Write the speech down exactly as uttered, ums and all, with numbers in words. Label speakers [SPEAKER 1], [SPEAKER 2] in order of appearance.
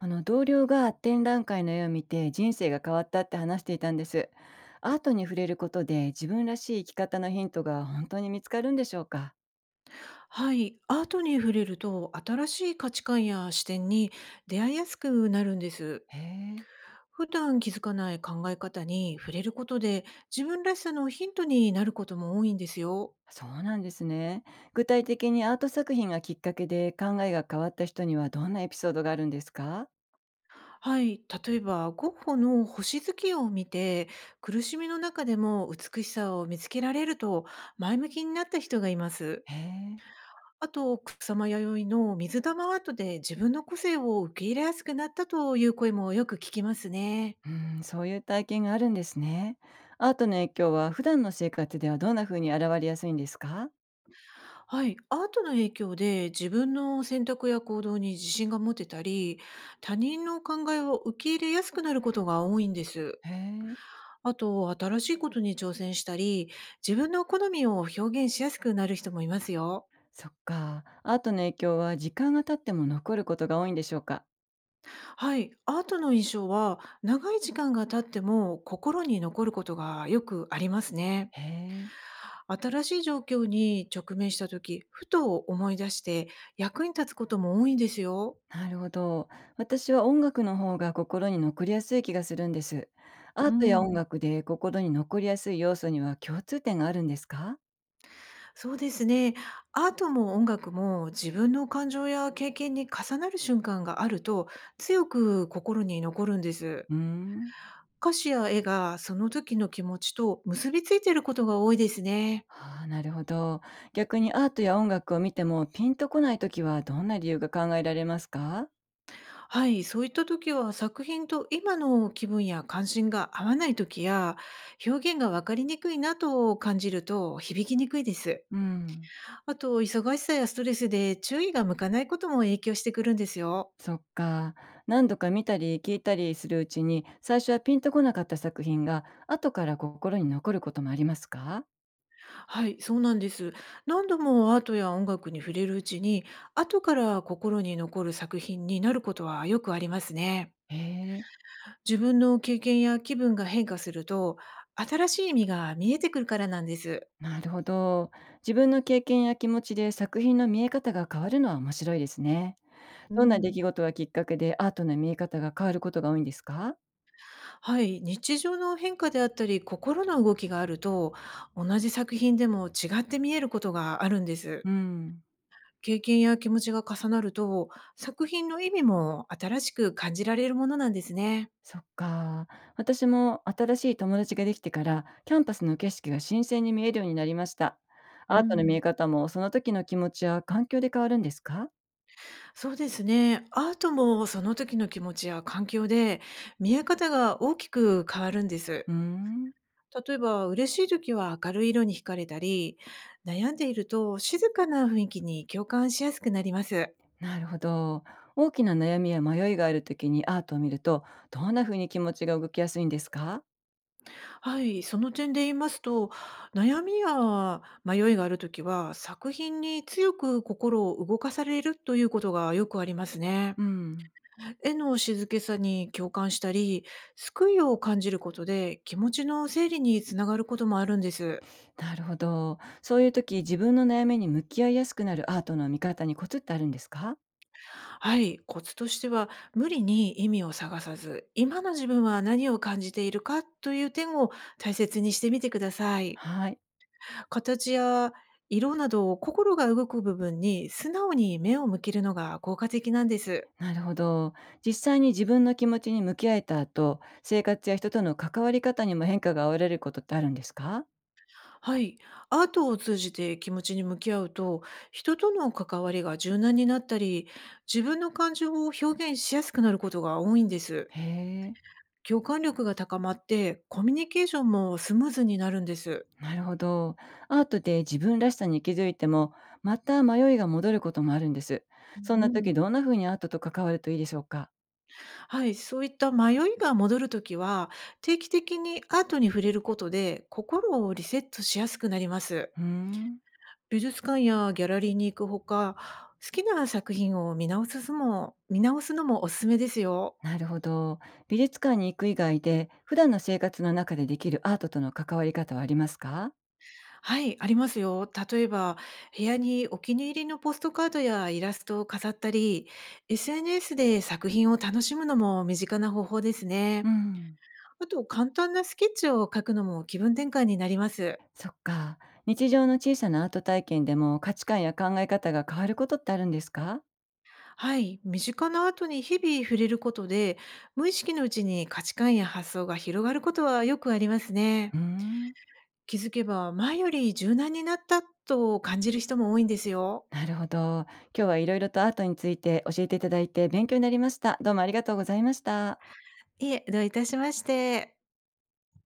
[SPEAKER 1] あの同僚が展覧会の絵を見て人生が変わったって話していたんです。アートに触れることで自分らしい生き方のヒントが本当に見つかるんでしょうか？
[SPEAKER 2] はい、アートに触れると新しい価値観や視点に出会いやすくなるんです。
[SPEAKER 1] へえ、
[SPEAKER 2] 普段気づかない考え方に触れることで自分らしさのヒントになることも多いんですよ。
[SPEAKER 1] そうなんですね。具体的にアート作品がきっかけで考えが変わった人にはどんなエピソードがあるんですか？
[SPEAKER 2] はい、例えばゴッホの星月を見て苦しみの中でも美しさを見つけられると前向きになった人がいます。
[SPEAKER 1] へえ、
[SPEAKER 2] あと草間弥生の水玉アートで自分の個性を受け入れやすくなったという声もよく聞きますね。
[SPEAKER 1] うん、そういう体験があるんですね。アートの影響は普段の生活ではどんな風に現れやすいんですか？
[SPEAKER 2] はい、アートの影響で自分の選択や行動に自信が持てたり、他人の考えを受け入れやすくなることが多いんです。
[SPEAKER 1] へえ、
[SPEAKER 2] あと、新しいことに挑戦したり、自分の好みを表現しやすくなる人もいますよ。
[SPEAKER 1] そっか。アートの影響は時間が経っても残ることが多いんでしょうか？
[SPEAKER 2] はい、アートの印象は長い時間が経っても心に残ることがよくありますね。
[SPEAKER 1] へえ、
[SPEAKER 2] 新しい状況に直面した時、ふと思い出して役に立つことも多いんですよ。
[SPEAKER 1] なるほど。私は音楽の方が心に残りやすい気がするんです。アー
[SPEAKER 2] う
[SPEAKER 1] トや
[SPEAKER 2] ん。
[SPEAKER 1] 音楽で心に残りやすい要素には共通点があるんですか？
[SPEAKER 2] そうですね。アートも音楽も自分の感情や経験に重なる瞬間があると強く心に残るんです。
[SPEAKER 1] うーん。
[SPEAKER 2] 歌詞や絵がその時の気持ちと結びついていることが多いですね。
[SPEAKER 1] ああ、なるほど。逆にアートや音楽を見てもピンとこないときはどんな理由が考えられますか？
[SPEAKER 2] はい、そういった時は作品と今の気分や関心が合わない時や、表現が分かりにくいなと感じると響きにくいです。
[SPEAKER 1] うん。
[SPEAKER 2] あと、忙しさやストレスで注意が向かないことも影響してくるんですよ。
[SPEAKER 1] そっか。何度か見たり聞いたりするうちに最初はピンとこなかった作品が後から心に残ることもありますか？
[SPEAKER 2] はい、そうなんです。何度もアートや音楽に触れるうちに、後から心に残る作品になることはよくありますね。
[SPEAKER 1] へえ。
[SPEAKER 2] 自分の経験や気分が変化すると、新しい意味が見えてくるからなんです。
[SPEAKER 1] なるほど。自分の経験や気持ちで作品の見え方が変わるのは面白いですね。
[SPEAKER 2] う
[SPEAKER 1] どんな出
[SPEAKER 2] ん、
[SPEAKER 1] 来事がきっかけでアートの見え方が変わることが多いんですか？
[SPEAKER 2] はい、日常の変化であったり、心の動きがあると、同じ作品でも違って見えることがあるんです。
[SPEAKER 1] うん。
[SPEAKER 2] 経験や気持ちが重なると、作品の意味も新しく感じられるものなんですね。
[SPEAKER 1] そっか。私も新しい友達ができてからキャンパスの景色が新鮮に見えるようになりました。ア
[SPEAKER 2] う
[SPEAKER 1] ートの見え
[SPEAKER 2] ん、
[SPEAKER 1] 方もその時の気持ちや環境で変わるんですか？
[SPEAKER 2] そうですね。アートもその時の気持ちや環境で見え方が大きく変わるんで
[SPEAKER 1] う
[SPEAKER 2] す。
[SPEAKER 1] ーん。
[SPEAKER 2] 例えば嬉しい時は明るい色に惹かれたり、悩んでいると静かな雰囲気に共感しやすくなります。
[SPEAKER 1] なるほど。大きな悩みや迷いがある時にアートを見るとどんな風に気持ちが動きやすいんですか？
[SPEAKER 2] はい、その点で言いますと、悩みや迷いがある時は作品に強く心を動かされるということがよくありますね。
[SPEAKER 1] うん。
[SPEAKER 2] 絵の静けさに共感したり、救いを感じることで気持ちの整理につながることもあるんです。
[SPEAKER 1] なるほど。そういう時、自分の悩みに向き合いやすくなるアートの見方にコツってあるんですか？
[SPEAKER 2] はい、コツとしては無理に意味を探さず、今の自分は何を感じているかという点を大切にしてみてください。
[SPEAKER 1] はい、
[SPEAKER 2] 形や色など、心が動く部分に素直に目を向けるのが効果的なんです。
[SPEAKER 1] なるほど。実際に自分の気持ちに向き合えた後、生活や人との関わり方にも変化が現れることってあるんですか？
[SPEAKER 2] はい。アートを通じて気持ちに向き合うと、人との関わりが柔軟になったり、自分の感情を表現しやすくなることが多いんです。
[SPEAKER 1] へえ、
[SPEAKER 2] 共感力が高まって、コミュニケーションもスムーズになるんです。
[SPEAKER 1] なるほど。アートで自分らしさに気づいても、また迷いが戻ることもあるんです。そん
[SPEAKER 2] う
[SPEAKER 1] な
[SPEAKER 2] ん、
[SPEAKER 1] 時どんな風にアートと関わるといいでしょうか？
[SPEAKER 2] はい、そういった迷いが戻るときは、定期的にアートに触れることで心をリセットしやすくなります。
[SPEAKER 1] ふーん。
[SPEAKER 2] 美術館やギャラリーに行くほか、好きな作品を見直すのも、見直すのもおすすめですよ。
[SPEAKER 1] なるほど。美術館に行く以外で、普段の生活の中でできるアートとの関わり方はありますか？
[SPEAKER 2] はい、ありますよ。例えば、部屋にお気に入りのポストカードやイラストを飾ったり、エスエヌエス で作品を楽しむのも身近な方法です
[SPEAKER 1] う
[SPEAKER 2] ね。
[SPEAKER 1] ん。
[SPEAKER 2] あと、簡単なスケッチを描くのも気分転換になります。
[SPEAKER 1] そっか。日常の小さなアート体験でも価値観や考え方が変わることってあるんですか？
[SPEAKER 2] はい、身近なアートに日々触れることで、無意識のうちに価値観や発想が広がることはよくありますね。
[SPEAKER 1] うーん。
[SPEAKER 2] 気づけば前より柔軟になったと感じる人も多いんですよ。
[SPEAKER 1] なるほど。今日はいろいろとアートについて教えていただいて勉強になりました。どうもありがとうございました。
[SPEAKER 2] いえ、どういたしまして。